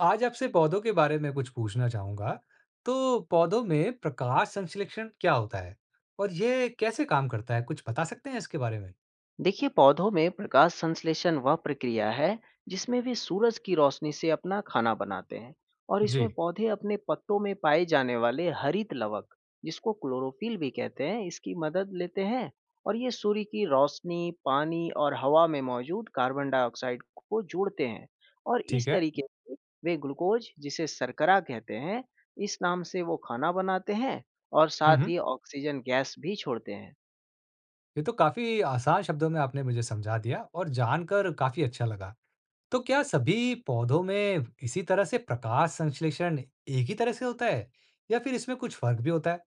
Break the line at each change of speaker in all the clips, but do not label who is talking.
आज आपसे पौधों के बारे में कुछ पूछना चाहूंगा। तो पौधों में प्रकाश संश्लेषण क्या होता है और ये कैसे काम करता है, कुछ बता सकते हैं इसके बारे में?
देखिए, पौधों में प्रकाश संश्लेषण वह प्रक्रिया है जिसमें वे सूरज की रोशनी से अपना खाना बनाते हैं। और
जी।
इसमें पौधे अपने पत्तों में पाए जाने वाले हरित लवक, जिसको क्लोरोफिल भी कहते हैं, इसकी मदद लेते हैं। और ये सूर्य की रोशनी, पानी और हवा में मौजूद कार्बन डाइऑक्साइड को जोड़ते हैं। और इस
ठीक है।
तरीके से वे ग्लूकोज, जिसे शर्करा कहते हैं, इस नाम से वो खाना बनाते हैं और साथ
हम्म
ही ऑक्सीजन गैस भी छोड़ते हैं।
ये तो काफी आसान शब्दों में आपने मुझे समझा दिया और जानकर काफी अच्छा लगा। तो क्या सभी पौधों में इसी तरह से प्रकाश संश्लेषण एक ही तरह से होता है या फिर इसमें कुछ फर्क भी होता है?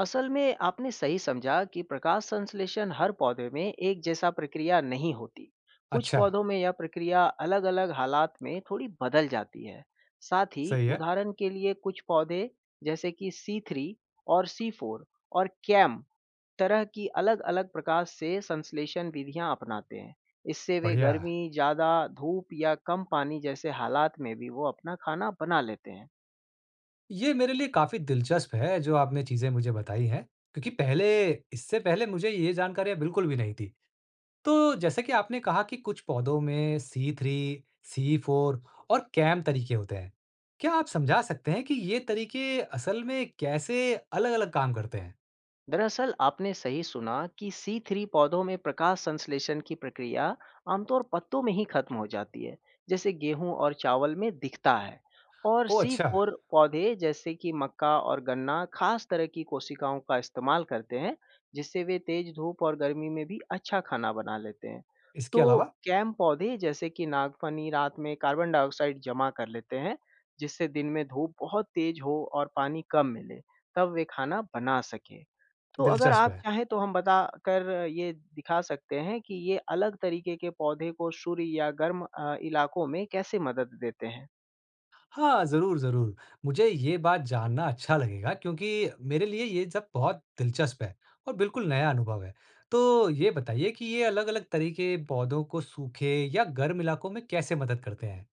असल में आपने सही समझा कि प्रकाश संश्लेषण हर पौधे में एक जैसा प्रक्रिया नहीं होती। कुछ
अच्छा।
पौधों में यह प्रक्रिया अलग अलग हालात में थोड़ी बदल जाती है। साथ ही
सही है।
उदाहरण के लिए कुछ पौधे जैसे कि सी थ्री और सी फोर और कैम तरह की अलग अलग प्रकाश से संश्लेषण विधियां अपनाते हैं। इससे वे
बढ़िया।
गर्मी, ज़्यादा धूप या कम पानी जैसे हालात में भी वो अपना खाना बना लेते हैं।
ये मेरे लिए काफ़ी दिलचस्प है जो आपने चीज़ें मुझे बताई हैं, क्योंकि पहले इससे पहले मुझे ये जानकारियाँ बिल्कुल भी नहीं थी। तो जैसे कि आपने कहा कि कुछ पौधों में सी थ्री, सी फोर और कैम तरीके होते हैं। क्या आप समझा सकते हैं कि ये तरीके असल में कैसे अलग-अलग काम करते हैं?
दरअसल आपने सही सुना कि सी थ्री पौधों में प्रकाश संश्लेषण की प्रक्रिया आमतौर पत्तों में ही खत्म हो जाती है, जैसे गेहूं और चावल में दिखता है। और
ओह
सी
अच्छा।
फोर पौधे जैसे कि मक्का और गन्ना खास तरह की कोशिकाओं का इस्तेमाल करते हैं, जिससे वे तेज धूप और गर्मी में भी अच्छा खाना बना लेते हैं।
इसके
तो
अलावा?
कैम पौधे जैसे कि नागफनी रात में कार्बन डाइऑक्साइड जमा कर लेते हैं, जिससे दिन में धूप बहुत तेज हो और पानी कम मिले तब वे खाना बना सके। तो अगर
दिलचस्प
आप
है।
चाहें तो हम बता कर ये दिखा सकते हैं कि ये अलग तरीके के पौधे को सूर्य या गर्म इलाकों में कैसे मदद देते हैं।
हाँ, ज़रूर, ज़रूर। मुझे ये बात जानना अच्छा लगेगा, क्योंकि मेरे लिए ये सब बहुत दिलचस्प है और बिल्कुल नया अनुभव है। तो ये बताइए कि ये अलग-अलग तरीके पौधों को सूखे या गर्म इलाकों में कैसे मदद करते हैं?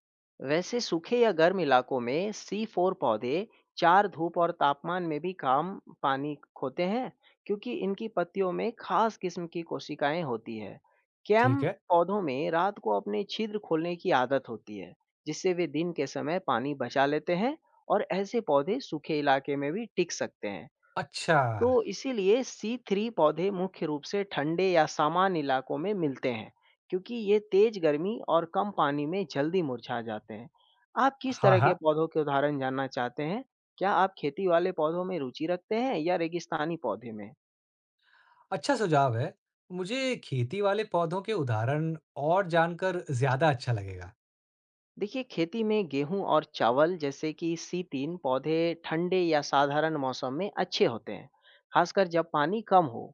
वैसे सूखे या गर्म इलाकों में सी फोर पौधे चार धूप और तापमान में भी काम पानी खोते हैं, क्योंकि इनकी पत्तियों में खास किस्म की कोशिकाएं होती है। कैम
ठीक है।
पौधों में रात को अपने छिद्र खोलने की आदत होती है, जिससे वे दिन के समय पानी बचा लेते हैं, और ऐसे पौधे सूखे इलाके में भी टिक सकते हैं।
अच्छा।
तो इसीलिए सी थ्री पौधे मुख्य रूप से ठंडे या सामान्य इलाकों में मिलते हैं, क्योंकि ये तेज गर्मी और कम पानी में जल्दी मुरझा जाते हैं। आप किस
हाँ,
तरह के
हाँ।
पौधों के उदाहरण जानना चाहते हैं? क्या आप खेती वाले पौधों में रुचि रखते हैं या रेगिस्तानी पौधे में?
अच्छा सुझाव है। मुझे खेती वाले पौधों के उदाहरण और जानकर ज़्यादा अच्छा लगेगा।
देखिए, खेती में गेहूँ और चावल जैसे कि C3 पौधे ठंडे या साधारण मौसम में अच्छे होते हैं, खासकर जब पानी कम हो।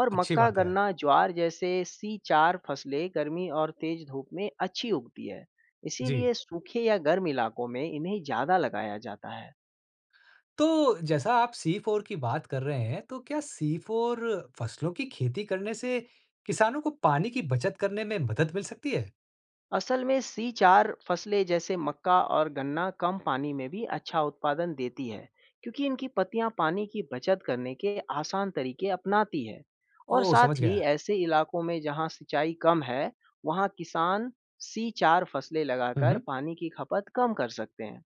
और
अच्छी
मक्का,
बात है।
गन्ना, ज्वार जैसे C4 फसलें गर्मी और तेज धूप में अच्छी उगती है।
जी।
इसीलिए सूखे या गर्म इलाकों में इन्हें ज़्यादा लगाया जाता है।
तो जैसा आप C4 की बात कर रहे हैं, तो क्या C4 फसलों की खेती करने से किसानों को पानी की बचत करने में मदद मिल सकती है?
असल में सी चार फसलें जैसे मक्का और गन्ना कम पानी में भी अच्छा उत्पादन देती है, क्योंकि इनकी पत्तियां पानी की बचत करने के आसान तरीके अपनाती है। और
ओह!
साथ
समझ
ही
गया।
ऐसे इलाकों में जहां सिंचाई कम है, वहां किसान सी चार फसलें
हम्म
लगाकर
हम्म।
पानी की खपत कम कर सकते हैं।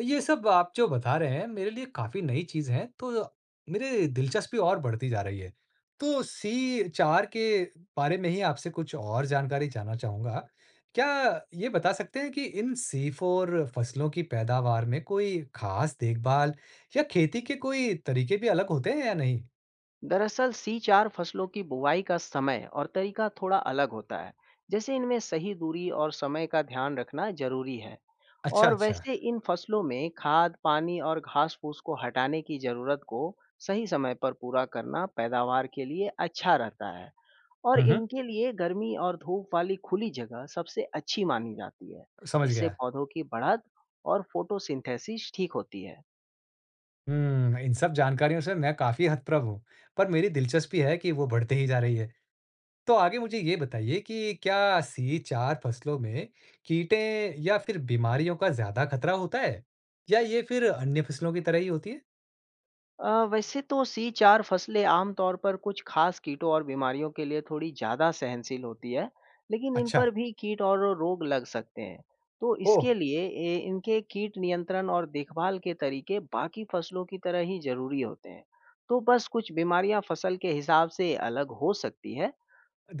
ये सब आप जो बता रहे हैं, मेरे लिए काफ़ी नई चीज़ है, तो मेरे दिलचस्पी और बढ़ती जा रही है। तो C4 के बारे में ही आपसे कुछ और जानकारी जानना चाहूँगा। क्या ये बता सकते हैं कि इन C4 फसलों की पैदावार में कोई खास देखभाल या खेती के कोई तरीके भी अलग होते हैं या नहीं?
दरअसल सी चार फसलों की बुवाई का समय और तरीका थोड़ा अलग होता है, जैसे इनमें सही दूरी और समय का ध्यान रखना जरूरी है।
अच्छा,
और
अच्छा।
वैसे इन फसलों में खाद, पानी और घास फूस को हटाने की जरूरत को सही समय पर पूरा करना पैदावार के लिए अच्छा रहता है। और
हुँ, हुँ।
इनके लिए गर्मी और धूप वाली खुली जगह सबसे अच्छी मानी जाती है।
समझ
इससे
गया।
पौधों की बढ़त और फोटोसिंथेसिस ठीक होती है।
हुँ, इन सब जानकारियों से मैं काफ़ी हतप्रभ हूँ, पर मेरी दिलचस्पी है कि वो बढ़ते ही जा रही है। तो आगे मुझे ये बताइए कि क्या सीचार फसलों में कीटें या फिर बीमारियों का ज़्यादा खतरा होता है? या ये फिर अन्य फसलों की तरह ही होती है?
वैसे तो C4 फसलें आमतौर पर कुछ खास कीटों और बीमारियों के लिए थोड़ी ज़्यादा सहनशील होती है, लेकिन इन
अच्छा।
पर भी कीट और रोग लग सकते हैं। तो
ओह!
इसके लिए इनके कीट नियंत्रण और देखभाल के तरीके बाकी फसलों की तरह ही जरूरी होते हैं। तो बस कुछ बीमारियां फसल के हिसाब से अलग हो सकती है।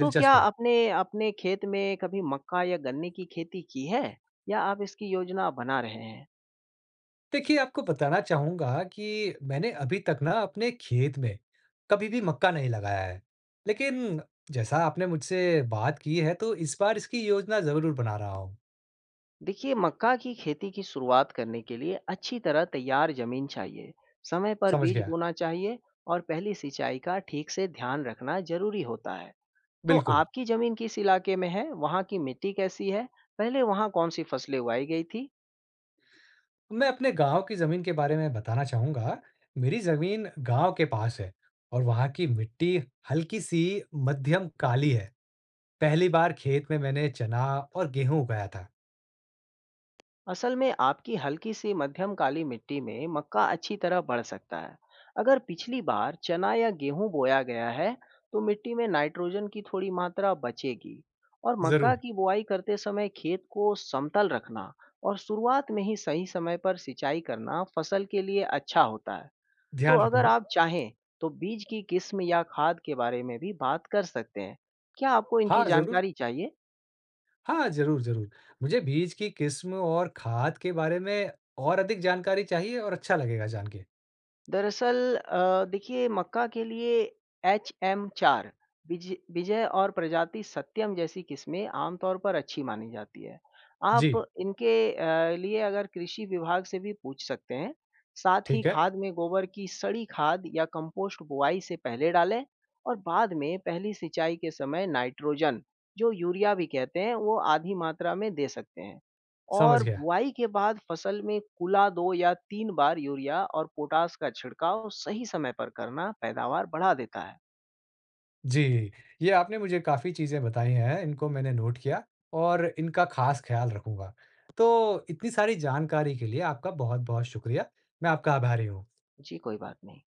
तो क्या
है।
अपने अपने खेत में कभी मक्का या गन्ने की खेती की है या आप इसकी योजना बना रहे हैं?
देखिए, आपको बताना चाहूँगा कि मैंने अभी तक ना अपने खेत में कभी भी मक्का नहीं लगाया है। लेकिन जैसा आपने मुझसे बात की है तो इस बार इसकी योजना ज़रूर बना रहा हूँ।
देखिए, मक्का की खेती की शुरुआत करने के लिए अच्छी तरह तैयार जमीन चाहिए, समय पर
समझ
बीज
गया।
बोना चाहिए और पहली सिंचाई का ठीक से ध्यान रखना जरूरी होता है। तो
बिल्कुल।
आपकी जमीन किस इलाके में है, वहाँ की मिट्टी कैसी है, पहले वहाँ कौन सी फसलें उगाई गई थी?
मैं अपने गाँव की ज़मीन के बारे में बताना चाहूँगा। मेरी ज़मीन गाँव के पास है और वहाँ की मिट्टी हल्की-सी मध्यम काली है। पहली बार खेत में मैंने चना और गेहूँ उगाया था।
असल में आपकी हल्की सी मध्यम काली मिट्टी में मक्का अच्छी तरह बढ़ सकता है। अगर पिछली बार चना या गेहूं बोया गया है, तो मिट्टी में नाइट्रोजन की थोड़ी मात्रा बचेगी। और मक्का
ज़रूर।
की बुआई करते समय खेत को समतल रखना और शुरुआत में ही सही समय पर सिंचाई करना फसल के लिए अच्छा होता है। तो
ध्यान
अगर
रखूँगा।
आप चाहें तो बीज की किस्म या खाद के बारे में भी बात कर सकते हैं। क्या आपको इनकी
हाँ, ज़रूर।
जानकारी चाहिए?
हाँ, ज़रूर, ज़रूर। मुझे बीज की किस्म और खाद के बारे में और अधिक जानकारी चाहिए और अच्छा लगेगा जान के।
दरअसल देखिए, मक्का के लिए एच एम चार, विजय और प्रजाति सत्यम जैसी किस्में आमतौर पर अच्छी मानी जाती है। आप
जी।
इनके लिए अगर कृषि विभाग से भी पूछ सकते हैं। साथ ही
ठीक है।
खाद में गोबर की सड़ी खाद या कंपोस्ट बुआई से पहले डालें, और बाद में पहली सिंचाई के समय नाइट्रोजन, जो यूरिया भी कहते हैं, वो आधी मात्रा में दे सकते हैं। और
समझ गया।
बुआई के बाद फसल में कुला 2 या 3 बार यूरिया और पोटाश का छिड़काव सही समय पर करना पैदावार बढ़ा देता है।
जी, ये आपने मुझे काफ़ी चीज़ें बताई हैं, इनको मैंने नोट किया और इनका ख़ास ख़्याल रखूँगा। तो इतनी सारी जानकारी के लिए आपका बहुत-बहुत शुक्रिया। मैं आपका आभारी हूँ।
जी, कोई बात नहीं।